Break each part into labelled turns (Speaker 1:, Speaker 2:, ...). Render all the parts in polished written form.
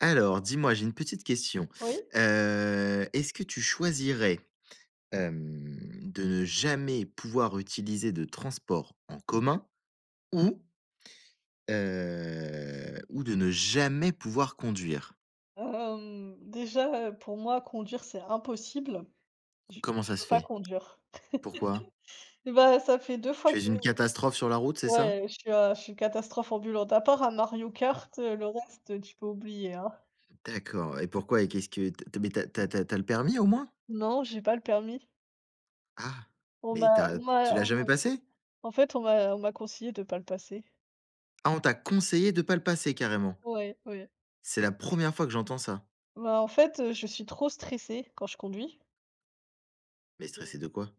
Speaker 1: Alors, dis-moi, j'ai une petite question.
Speaker 2: Oui,
Speaker 1: Est-ce que tu choisirais, de ne jamais pouvoir utiliser de transport en commun ou, ou de ne jamais pouvoir conduire?
Speaker 2: déjà, pour moi conduire c'est impossible. Je
Speaker 1: Comment
Speaker 2: je
Speaker 1: ça se
Speaker 2: peux pas
Speaker 1: fait?
Speaker 2: conduire.
Speaker 1: Pourquoi?
Speaker 2: Et ben, ça fait 2 fois
Speaker 1: Tu
Speaker 2: que
Speaker 1: es une catastrophe sur la route, c'est ça?
Speaker 2: ouais, je suis catastrophe ambulante. À part à Mario Kart, le reste, tu peux oublier, hein.
Speaker 1: D'accord et pourquoi et qu'est-ce que t mais t'as as tu as le permis au moins?
Speaker 2: Non, j'ai pas le permis.
Speaker 1: Ah,
Speaker 2: On
Speaker 1: mais
Speaker 2: m'a
Speaker 1: t'as
Speaker 2: on m'a
Speaker 1: tu l'as
Speaker 2: on m'a
Speaker 1: jamais passé?
Speaker 2: en fait, on m'a conseillé de pas le passer.
Speaker 1: Ah, on t'a conseillé de pas le passer carrément?
Speaker 2: Ouais, ouais.
Speaker 1: C'est la première fois que j'entends ça.
Speaker 2: Bah, en fait, je suis trop stressée quand je conduis.
Speaker 1: Mais stressé de quoi?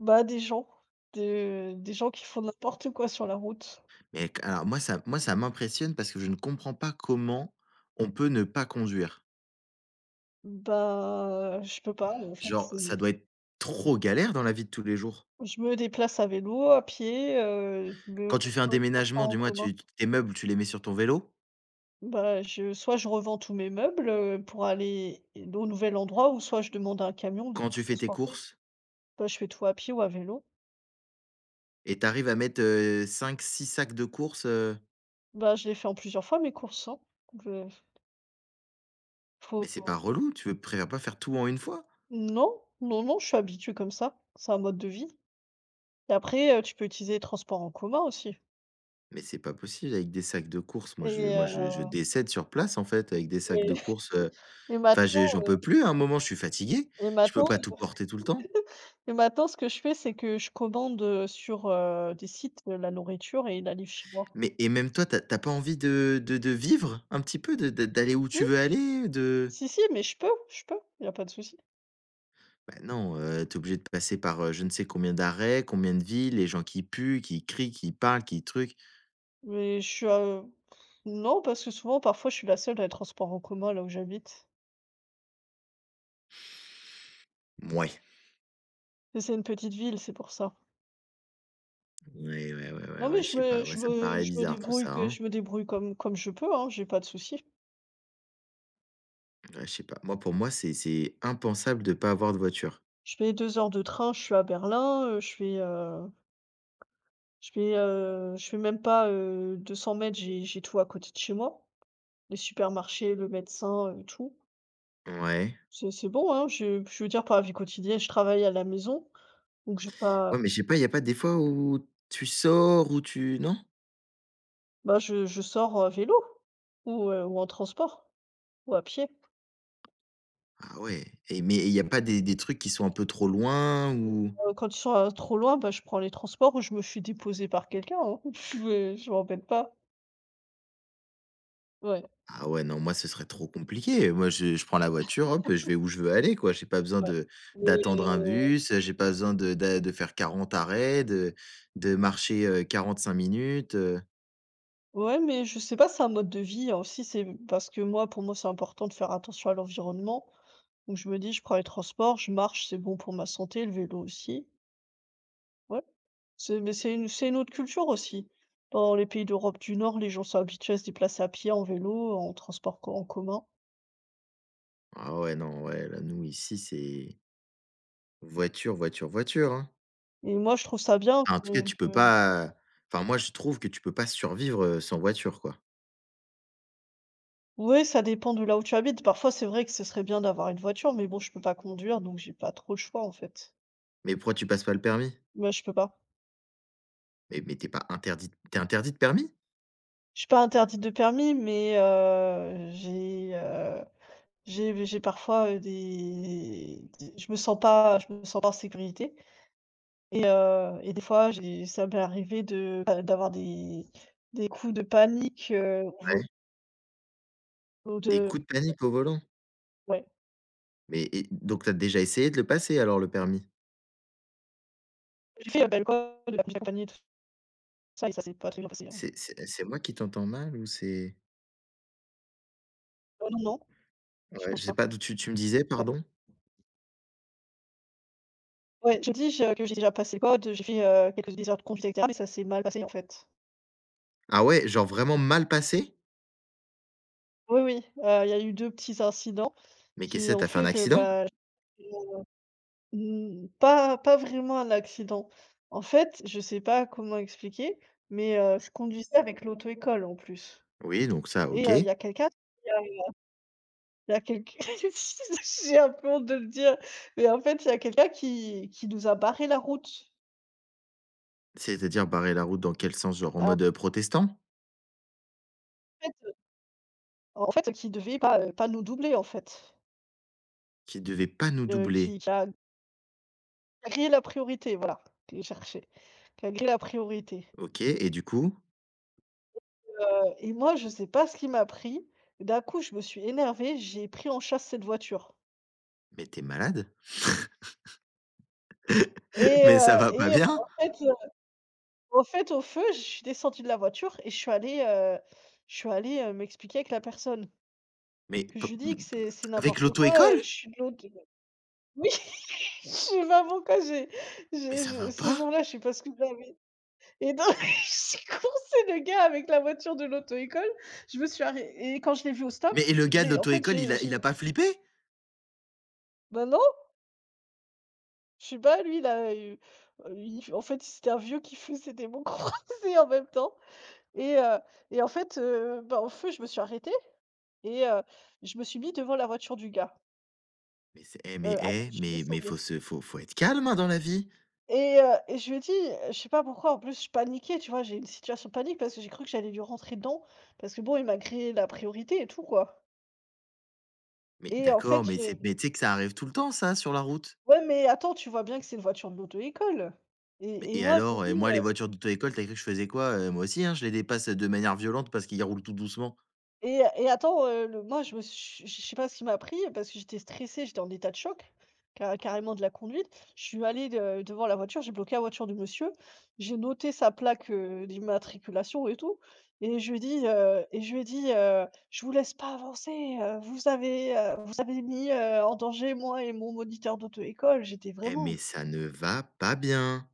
Speaker 2: Bah, de des gens qui font n'importe quoi sur la route.
Speaker 1: Mais q alors moi ça m'impressionne parce que je ne comprends pas comment on peut ne pas conduire.
Speaker 2: Bah, je peux pas, en fait,
Speaker 1: Genre,
Speaker 2: c'est.
Speaker 1: ça doit être trop galère dans la vie de tous les jours.
Speaker 2: Je me déplace à vélo, à pied, Mmh. Je me
Speaker 1: Quand tu fais un
Speaker 2: prends les transports
Speaker 1: déménagement,
Speaker 2: en
Speaker 1: du moins
Speaker 2: commun.
Speaker 1: tu tes meubles, tu les mets sur ton vélo.
Speaker 2: Bah, je soit je revends tous mes meubles, pour aller au nouvel endroit ou soit je demande à un camion de
Speaker 1: Quand
Speaker 2: tout
Speaker 1: tu fais tes
Speaker 2: transporter.
Speaker 1: courses
Speaker 2: Bah, je fais tout à pied ou à vélo.
Speaker 1: et t'arrives à mettre, cinq six sacs de courses,
Speaker 2: Bah, je l'ai fait en plusieurs fois mes courses, hein. Je
Speaker 1: mais c'est pas
Speaker 2: faut
Speaker 1: relou? Tu veux préfères pas faire tout en une fois?
Speaker 2: non, non, non, je suis habituée comme ça. C'est un mode de vie et après, tu peux utiliser les transports en commun aussi
Speaker 1: Mais c'est pas possible avec des sacs de courses. Moi je
Speaker 2: et
Speaker 1: moi je je
Speaker 2: heu
Speaker 1: décède sur place en fait avec des sacs
Speaker 2: et
Speaker 1: de courses,
Speaker 2: et ma
Speaker 1: enfin je j'en peux plus hein, à un moment, je suis fatigué.
Speaker 2: et
Speaker 1: Je peux
Speaker 2: maintenant
Speaker 1: pas tout porter tout le temps.
Speaker 2: et maintenant, ce que je fais, c'est que je commande, sur, des sites, la nourriture et ils la livrent chez moi.
Speaker 1: Mais et même toi, t'as as pas envie de vivre un petit peu, de d'aller où
Speaker 2: Si,
Speaker 1: tu veux aller, de
Speaker 2: si, si, mais je peux, il n'y a pas de souci.
Speaker 1: bah, non, tu obligé de passer par, je ne sais combien d'arrêts, combien de villes, les gens qui puent, qui crient, qui parlent, qui truc.
Speaker 2: Mais je suis, heu, non, parce que parfois, je suis la seule dans les transports en commun là où j'habite.
Speaker 1: Mouais.
Speaker 2: Mais c'est une petite ville, c'est pour ça.
Speaker 1: Ouais, ouais, ouais, ouais,
Speaker 2: Non, mais
Speaker 1: ouais, je sais pas, moi ça me paraît bizarre tout ça, hein.
Speaker 2: je me débrouille comme je peux, hein, j'ai pas de souci.
Speaker 1: Ouais, je sais pas. Moi, pour moi, c'est impensable de pas avoir de voiture.
Speaker 2: Je fais 2 heures de train, je suis à Berlin, je fais même pas, 200 mètres, j'ai tout à côté de chez moi. Les supermarchés, le médecin, tout.
Speaker 1: Ouais.
Speaker 2: C'est bon, hein, je veux dire pour la vie quotidienne, je travaille à la maison, donc j'ai pas.
Speaker 1: Ouais, mais je sais pas, il y a pas des fois où tu sors, où tu non?
Speaker 2: Bah, je sors à vélo ou en transport ou à pied.
Speaker 1: Ah ouais et mais il y a pas des trucs qui sont un peu trop loin
Speaker 2: Ou,
Speaker 1: ou
Speaker 2: quand ils sont, trop loin, bah, je prends les transports ou je me suis déposer par quelqu'un, hein. Je m'embête pas. Ouais,
Speaker 1: Ah ouais, non, moi, ce serait trop compliqué. Moi, je prends la voiture, hop, je vais où je veux aller, quoi. J'ai pas besoin
Speaker 2: ouais.
Speaker 1: de
Speaker 2: Mais
Speaker 1: d'attendre un
Speaker 2: euh,
Speaker 1: bus, j'ai pas besoin de d'a de faire 40 arrêts, de marcher, 45 minutes.
Speaker 2: ouais, mais je sais pas, c'est un mode de vie hein, aussi, c'est parce que moi, pour moi, c'est important de faire attention à l'environnement, donc je me dis: «Je prends les transports, je marche, c'est bon pour ma santé, le vélo aussi». Ouais, c'est une autre culture aussi. Dans les pays d'Europe du Nord, les gens sont habitués à se déplacer à pied, en vélo, en transport co en commun
Speaker 1: Ah ouais, non, ouais, là, nous, ici, c'est voiture, voiture, voiture, hein.
Speaker 2: et moi, je trouve ça bien.
Speaker 1: Ah, en tout cas,
Speaker 2: Oui,
Speaker 1: tu peux pas enfin, moi, je trouve que tu peux pas survivre, sans voiture, quoi.
Speaker 2: ça dépend de là où tu habites. Parfois, c'est vrai que ce serait bien d'avoir une voiture, mais bon, je peux pas conduire, donc j'ai pas trop le choix, en fait.
Speaker 1: Mais pourquoi tu passes pas le permis?
Speaker 2: Moi, je peux pas.
Speaker 1: Mais t'es pas interdit t'es interdit de permis?
Speaker 2: Je suis pas interdite de permis, mais j'ai parfois, des je me sens pas en sécurité. Et des fois, j'ai ça m'est arrivé de d'avoir des coups de panique, au
Speaker 1: Ouais.
Speaker 2: niveau
Speaker 1: Des
Speaker 2: de.
Speaker 1: coups de panique au volant.
Speaker 2: Ouais.
Speaker 1: Mais et donc t'as déjà essayé de le passer alors, le permis?
Speaker 2: J'ai fait, l'alcool, j'ai accompagné tout ça et ça s'est pas très bien passé, hein.
Speaker 1: C'est moi qui t'entends mal ou c'est
Speaker 2: Oh non, non, je
Speaker 1: ouais,
Speaker 2: pense
Speaker 1: je sais
Speaker 2: pas.
Speaker 1: pas d'où tu me disais,
Speaker 2: Ouais.
Speaker 1: pardon?
Speaker 2: Ouais, je dis je que j'ai déjà passé le code, j'ai fait, quelques des heures de conduite et cetera, mais ça s'est mal passé, en fait.
Speaker 1: Ah ouais, genre vraiment mal passé?
Speaker 2: Oui, oui, il y a eu 2 petits incidents
Speaker 1: Mais
Speaker 2: qui
Speaker 1: qu'est-ce que
Speaker 2: ont
Speaker 1: t'as fait un
Speaker 2: fait que,
Speaker 1: accident?
Speaker 2: bah, mmh, pas vraiment un accident. En fait, je sais pas comment expliquer, mais je conduisais avec l'auto-école, en plus.
Speaker 1: Oui, donc ça,
Speaker 2: Et
Speaker 1: OK.
Speaker 2: il y a quelqu'un qui, heu, il y a quelqu j'ai un peu honte de le dire, mais en fait, il y a quelqu'un qui nous a barré la route.
Speaker 1: C'est-à-dire barrer la route dans quel sens? Genre en
Speaker 2: Ah.
Speaker 1: mode, protestant?
Speaker 2: En fait, qui devait pas, pas nous doubler, en fait.
Speaker 1: Qui devait pas nous doubler.
Speaker 2: Qui a grillé la priorité, voilà, que je cherchais, qui a grillé la priorité.
Speaker 1: OK et du coup?
Speaker 2: Et moi, je sais pas ce qui m'a pris, d'un coup, je me suis énervée, j'ai pris en chasse cette voiture
Speaker 1: Mais t'es malade?
Speaker 2: et
Speaker 1: Mais ça
Speaker 2: heu
Speaker 1: va pas
Speaker 2: et heu, en
Speaker 1: bien?
Speaker 2: fait, heu, au feu, je suis descendue de la voiture et je suis allée, m'expliquer avec la personne.
Speaker 1: Mais
Speaker 2: Que
Speaker 1: p
Speaker 2: je
Speaker 1: p
Speaker 2: lui dis que c'est
Speaker 1: avec
Speaker 2: n'importe quoi,
Speaker 1: l'auto-école?
Speaker 2: je suis de l'autre oui, je sais pas pourquoi
Speaker 1: Mais ça
Speaker 2: j'ai
Speaker 1: va
Speaker 2: ce
Speaker 1: pas?
Speaker 2: jour-là, je sais pas ce que j'avais et donc j'ai coursé le gars avec la voiture de l'auto-école. Je me suis arrê et quand je l'ai vu au stop,
Speaker 1: Mais et le gars de
Speaker 2: j'ai en fait,
Speaker 1: l'auto-école, il a
Speaker 2: j'ai
Speaker 1: il a pas flippé?
Speaker 2: bah, non, je sais pas, lui, là, il f en fait, c'était un vieux qui faisait des mots croisés en même temps et heu et en fait, bah, au feu, je me suis arrêtée et je me suis mis devant la voiture du gars,
Speaker 1: Mais c'est
Speaker 2: je
Speaker 1: eh,
Speaker 2: suis
Speaker 1: mais faut
Speaker 2: descendue.
Speaker 1: se faut faut être calme, hein, dans la vie.
Speaker 2: Et je lui ai dit, je sais pas pourquoi, en plus je paniquais, tu vois? J'ai une situation de panique parce que j'ai cru que j'allais lui rentrer dedans, parce que bon, il m'a créé la priorité et tout, quoi.
Speaker 1: Mais
Speaker 2: Et en
Speaker 1: d'accord,
Speaker 2: fait,
Speaker 1: mais c'est
Speaker 2: je
Speaker 1: mais tu sais que ça arrive tout le temps ça sur la route?
Speaker 2: ouais, mais attends, tu vois bien que c'est une voiture de l'auto-école
Speaker 1: Mais
Speaker 2: et
Speaker 1: et
Speaker 2: moi je me
Speaker 1: alors? Et
Speaker 2: dis.
Speaker 1: moi les voitures d'auto-école, t'as as cru que je faisais quoi? Moi aussi, hein, je les dépasse, de manière violente parce qu'ils roulent tout doucement.
Speaker 2: Et attends, le moi je me suis je sais pas ce qui m'a pris parce que j'étais stressée, j'étais en état de choc, ca carrément de la conduite. Je suis allée de devant la voiture, j'ai bloqué la voiture du monsieur, j'ai noté sa plaque, d'immatriculation et tout et je lui ai dit, et je lui ai dit, «Je vous laisse pas avancer, vous avez mis, en danger moi et mon moniteur d'auto-école». J'étais
Speaker 1: Eh
Speaker 2: vraiment.
Speaker 1: mais ça ne va pas bien!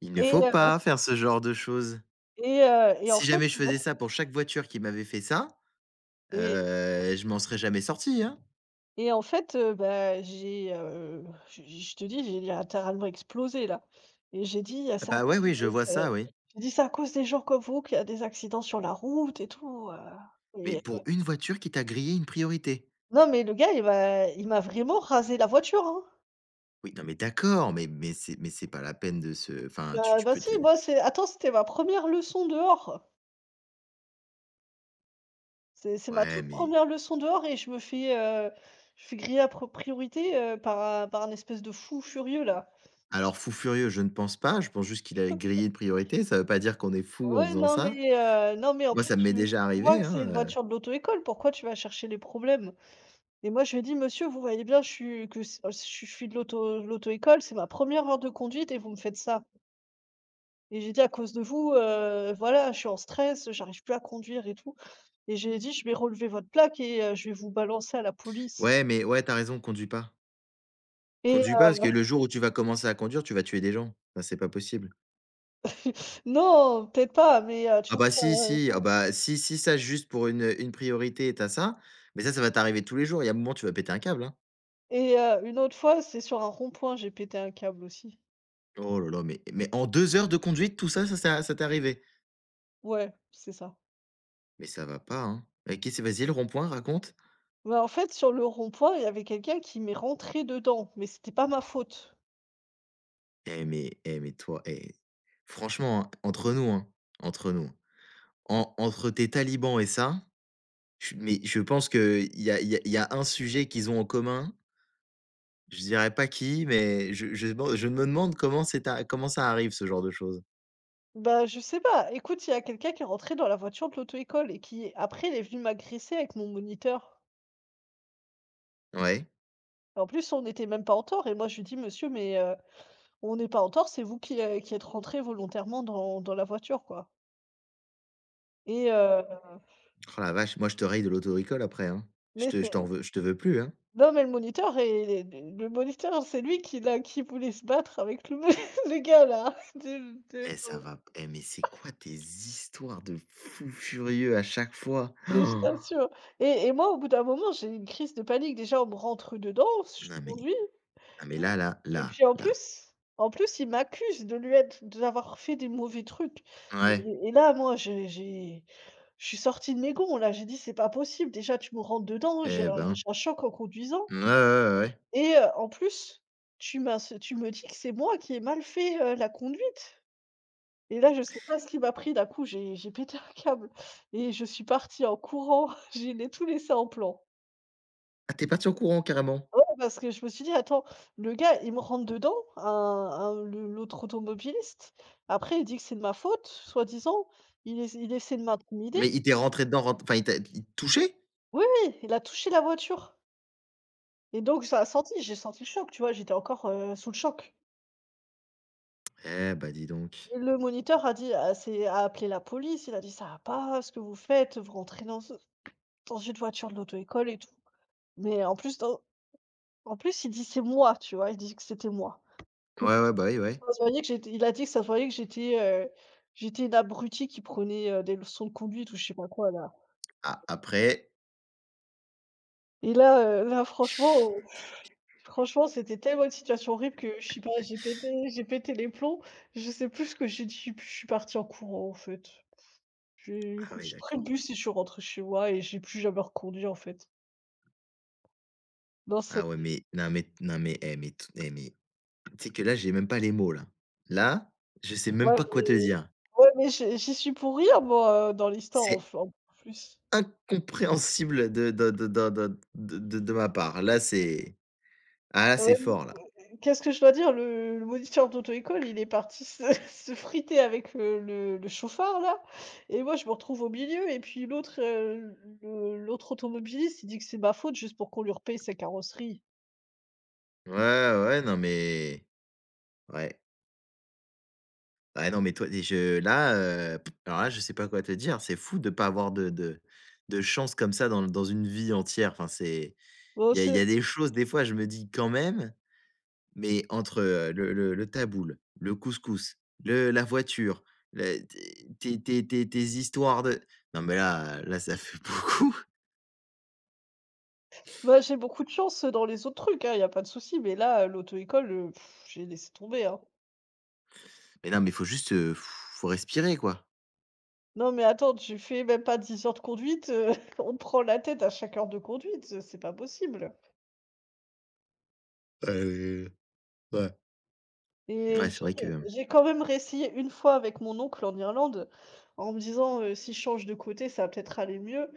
Speaker 1: Il ne
Speaker 2: et
Speaker 1: faut
Speaker 2: heu
Speaker 1: pas faire ce genre de choses.
Speaker 2: et en
Speaker 1: Si
Speaker 2: fait,
Speaker 1: jamais je faisais ça pour chaque voiture qui m'avait fait ça,
Speaker 2: et.
Speaker 1: je m'en serais jamais sorti, hein.
Speaker 2: Et en fait, je te dis, j'ai littéralement explosé là et j'ai dit:
Speaker 1: Ah
Speaker 2: C'est à
Speaker 1: bah,
Speaker 2: cause
Speaker 1: ouais, oui, je
Speaker 2: de
Speaker 1: vois
Speaker 2: c'est»
Speaker 1: ça, oui.
Speaker 2: j'ai dit: «C'est à cause des gens comme vous qu'il y a des accidents sur la route et tout,»
Speaker 1: Mais
Speaker 2: et euh,
Speaker 1: pour une voiture qui t'a grillé une priorité?
Speaker 2: non mais le gars, il m'a vraiment rasé la voiture, hein.
Speaker 1: Oui, non mais d'accord, mais c'est pas la peine de se enfin tu tu peux
Speaker 2: Si,
Speaker 1: te
Speaker 2: moi c'est attends, c'était ma première leçon dehors. C'est ma
Speaker 1: ouais
Speaker 2: toute
Speaker 1: mais
Speaker 2: première leçon dehors et je me fais, je fais griller à pro priorité, par un espèce de fou furieux là.
Speaker 1: alors fou furieux, je ne pense pas, je pense juste qu'il a grillé une priorité, ça veut pas dire qu'on est fou en
Speaker 2: Ouais,
Speaker 1: faisant
Speaker 2: non, mais
Speaker 1: ça.
Speaker 2: non, mais en
Speaker 1: Moi,
Speaker 2: plus,
Speaker 1: ça m'est déjà
Speaker 2: tu vois
Speaker 1: arrivé,
Speaker 2: que
Speaker 1: hein,
Speaker 2: c'est une
Speaker 1: heu.
Speaker 2: voiture de l'auto-école, pourquoi tu vas chercher les problèmes? Et moi, je lui ai dit: «Monsieur, vous voyez bien, je suis de l'auto-école, c'est ma première heure de conduite et vous me faites ça. Et j'ai dit à cause de vous, voilà, je suis en stress, j'arrive plus à conduire et tout. Et j'ai dit: "Je vais relever votre plaque et je vais vous balancer à la police"
Speaker 1: Ouais, mais ouais, tu as raison, conduis pas.
Speaker 2: et
Speaker 1: Conduis pas
Speaker 2: heu,
Speaker 1: parce que le jour où tu vas commencer à conduire, tu vas tuer des gens. Enfin, c'est pas possible.
Speaker 2: non, peut-être pas, mais tu
Speaker 1: Ah bah
Speaker 2: vois?
Speaker 1: si, si, ah bah si, si ça juste pour une priorité, tu as ça, mais ça va t'arriver tous les jours. Il y a un moment, tu vas péter un câble, hein.
Speaker 2: Et une autre fois, c'est sur un rond-point, j'ai pété un câble aussi.
Speaker 1: Oh là là, mais en 2 heures de conduite, tout ça, ça t'est arrivé?
Speaker 2: Ouais, c'est ça.
Speaker 1: Mais ça va pas, hein. Mais qu'est-ce vas-y, le rond-point, raconte?
Speaker 2: Bah, en fait, sur le rond-point, il y avait quelqu'un qui m'est rentré dedans, mais c'était pas ma faute.
Speaker 1: Eh mais toi, eh, franchement, hein, entre nous, en entre tes talibans et ça, je mais je pense qu'il y a il y a il y a un sujet qu'ils ont en commun, je dirais pas qui, mais je me demande comment c'est a comment ça arrive ce genre de choses?
Speaker 2: Bah, je sais pas. Écoute, il y a quelqu'un qui est rentré dans la voiture de l'auto-école et qui, après, il est venu m'agresser avec mon moniteur.
Speaker 1: Ouais.
Speaker 2: En plus, on n'était même pas en tort. Et moi, je lui dis, monsieur, mais on n'est pas en tort, c'est vous qui êtes rentré volontairement dans la voiture, quoi. Et euh,
Speaker 1: Oh la vache, moi je te raye de l'autoricole après, hein. Je
Speaker 2: mais
Speaker 1: te je t'en
Speaker 2: c'est...
Speaker 1: veux je te veux plus, hein.
Speaker 2: Non, mais le moniteur, c'est lui qui, là, qui voulait se battre avec le gars, là, de-.
Speaker 1: Eh ça va p eh mais c'est quoi tes histoires de fous furieux à chaque fois?
Speaker 2: Mais je
Speaker 1: Oh,
Speaker 2: t'assure et moi, au bout d'un moment, j'ai une crise de panique. Déjà, on me rentre dedans, je
Speaker 1: non mais
Speaker 2: conduis
Speaker 1: non mais là
Speaker 2: et
Speaker 1: là
Speaker 2: et
Speaker 1: là
Speaker 2: puis,
Speaker 1: là.
Speaker 2: en plus, il m'accuse de lui être d'avoir fait des mauvais trucs
Speaker 1: Ouais,
Speaker 2: et là, moi, j'ai je suis sortie de mes gonds, là. J'ai dit: «C'est pas possible. Déjà, tu me rentres dedans,
Speaker 1: eh ben.
Speaker 2: j'ai un choc en conduisant
Speaker 1: Ouais, ouais, ouais, ouais.
Speaker 2: et en plus, tu me dis que c'est moi qui ai mal fait, la conduite» et là, je sais pas ce qui m'a pris. D'un coup, j'ai pété un câble et je suis partie en courant. J'ai les tout laissé en plan.
Speaker 1: Ah, t'es parti au courant carrément?
Speaker 2: Ouais, parce que je me suis dit: «Attends, le gars, il me rentre dedans, un le l'autre automobiliste. Après, il dit que c'est de ma faute, soi-disant. Il essaie de m'intimider».
Speaker 1: Mais il t'est rentré dedans, rent enfin il te touchait?
Speaker 2: Oui, oui, il a touché la voiture et donc ça a senti, j'ai senti le choc, tu vois? J'étais encore, sous le choc
Speaker 1: Eh bah, dis donc.
Speaker 2: et le moniteur a appelé la police. Il a dit: «Ça va pas ce que vous faites, vous rentrez dans une voiture de l'auto-école et tout». Mais en plus dans En plus, il dit: «C'est moi», tu vois? Il dit que c'était moi. Que
Speaker 1: Ouais, ouais,
Speaker 2: penses
Speaker 1: bah, oui, ouais.
Speaker 2: ça se voyait que j'étais Il a dit que ça se voyait que j'étais, j'étais une abrutie qui prenait, des leçons de conduite ou je sais pas quoi là.
Speaker 1: Ah, après?
Speaker 2: Et là, là franchement c'était tellement une situation horrible que je sais pas, j'ai pété les plombs. Je sais plus ce que j'ai dit, puis je suis partie en courant en fait. J'ai
Speaker 1: Ah oui,
Speaker 2: j'ai pris le
Speaker 1: d'accord.
Speaker 2: bus et je suis rentrée chez moi et j'ai plus jamais reconduit en fait. Non c'est
Speaker 1: Ah ouais, mais non, mais non, mais eh mais t eh mais tu sais que là, j'ai même pas les mots là. Là, je sais même
Speaker 2: ouais,
Speaker 1: pas quoi te dire.
Speaker 2: ouais mais j'y suis pour rire moi, dans l'histoire
Speaker 1: C'est
Speaker 2: en plus.
Speaker 1: incompréhensible de ma part. Là, c'est ah là,
Speaker 2: Ouais.
Speaker 1: c'est fort là.
Speaker 2: Qu'est-ce que je dois dire? Le moniteur d'auto-école, il est parti se se friter avec, le chauffard là et moi je me retrouve au milieu et puis l'autre automobiliste, il dit que c'est ma faute juste pour qu'on lui repaye sa carrosserie.
Speaker 1: Ouais, ouais, non mais ouais. Ouais, non, mais toi et je là, alors là, je sais pas quoi te dire. C'est fou de pas avoir de chance comme ça dans une vie entière. Enfin, c'est
Speaker 2: Bon
Speaker 1: il y a
Speaker 2: c'est
Speaker 1: des choses, des fois, je me dis: «Quand même», mais entre, le taboul, le couscous, le la voiture, le tes histoires de non, mais là là, ça fait beaucoup.
Speaker 2: bah, j'ai beaucoup de chance dans les autres trucs, hein, il y a pas de souci, mais là, l'auto-école, j'ai laissé tomber, hein.
Speaker 1: Mais non, mais il faut juste, faut respirer, quoi.
Speaker 2: Non mais attends, tu fais même pas 10 heures de conduite, on te prend la tête à chaque heure de conduite, c'est pas possible.
Speaker 1: Ouais.
Speaker 2: Et
Speaker 1: Ouais, c'est
Speaker 2: j'ai
Speaker 1: vrai que
Speaker 2: j'ai quand même réessayé une fois avec mon oncle en Irlande, en me disant, «Si je change de côté, ça va peut-être aller mieux»,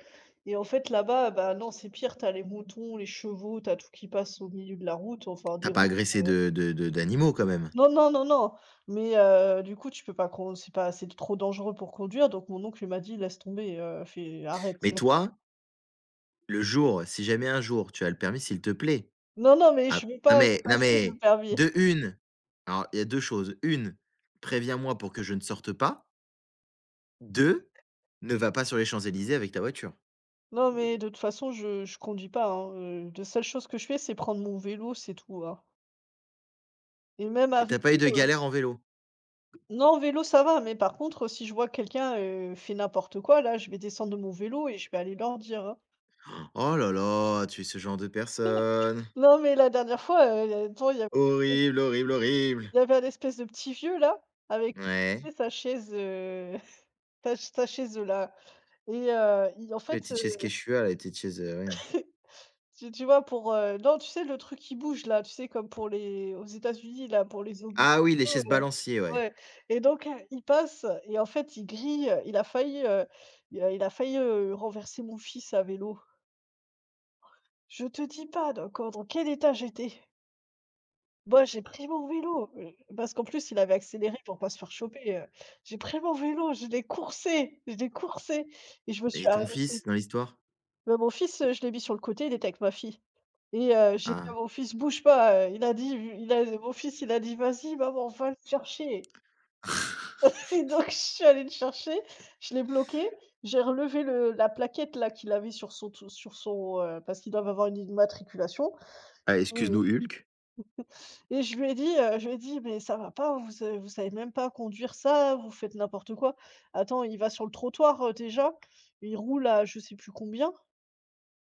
Speaker 2: et en fait là-bas, bah, non, c'est pire, tu as les moutons, les chevaux, tu as tout qui passe au milieu de la route, enfin
Speaker 1: tu
Speaker 2: des
Speaker 1: as pas
Speaker 2: routes
Speaker 1: agressé de d'animaux quand même.
Speaker 2: non, non, non, non, mais du coup, tu peux pas con c'est pas c'est trop dangereux pour conduire, donc mon oncle, il m'a dit: «Laisse tomber, fais arrête».
Speaker 1: Mais toi, le jour, si jamais un jour tu as le permis, s'il te plaît
Speaker 2: Non, non, mais je
Speaker 1: ah,
Speaker 2: veux
Speaker 1: non
Speaker 2: pas le
Speaker 1: mais non
Speaker 2: passer le
Speaker 1: mais,
Speaker 2: permis.
Speaker 1: de une alors il y a 2 choses. Une, préviens-moi pour que je ne sorte pas. Deux, ne va pas sur les Champs-Élysées avec ta voiture.
Speaker 2: Non, mais de toute façon, je conduis pas, hein, la seule chose que je fais, c'est prendre mon vélo, c'est tout, hein, et même à
Speaker 1: Et t'as pas eu de
Speaker 2: vélo, heu.
Speaker 1: galère en vélo?
Speaker 2: Non, en vélo, ça va, mais par contre, si je vois quelqu'un, fait n'importe quoi, là, je vais descendre de mon vélo et je vais aller leur dire, hein.
Speaker 1: Oh là là, tu es ce genre de personne.
Speaker 2: Non, mais la dernière fois, il y a
Speaker 1: Horrible, horrible, horrible.
Speaker 2: il y avait un espèce de petit vieux, là, avec, tu sais,
Speaker 1: Ouais,
Speaker 2: sa chaise, sa chaise, là et
Speaker 1: les petites chaises Quechua, là, les petites chaises, oui.
Speaker 2: tu vois, pour, non, tu sais, le truc qui bouge, là, tu sais, comme pour les aux États-Unis, là, pour les hôpitaux,
Speaker 1: Ah oui, les chaises
Speaker 2: là,
Speaker 1: balanciers, ouais.
Speaker 2: ouais. Et donc il passe et en fait, il grille, il a failli, renverser mon fils à vélo. Je te dis pas dans quel état j'étais. Moi, j'ai pris mon vélo, parce qu'en plus, il avait accéléré pour pas se faire choper. J'ai pris mon vélo, je l'ai coursé et je me suis
Speaker 1: Et ton
Speaker 2: arrêtée.
Speaker 1: fils dans l'histoire?
Speaker 2: Bah, mon fils, je l'ai mis sur le côté, il était avec ma fille et j'ai dit à
Speaker 1: Ah.
Speaker 2: mon fils: «Bouge pas», il a dit il a mon fils, il a dit: «Vas-y maman, va le chercher». Et donc je suis allée le chercher, je l'ai bloqué, j'ai relevé le la plaquette là qu'il avait sur son tou sur son, parce qu'ils doivent avoir une immatriculation.
Speaker 1: Ah,
Speaker 2: Je
Speaker 1: excuse nous Hulk.
Speaker 2: Et je lui ai dit, «Mais ça va pas, vous savez même pas conduire ça, vous faites n'importe quoi. Attends, il va sur le trottoir, déjà, il roule à je sais plus combien,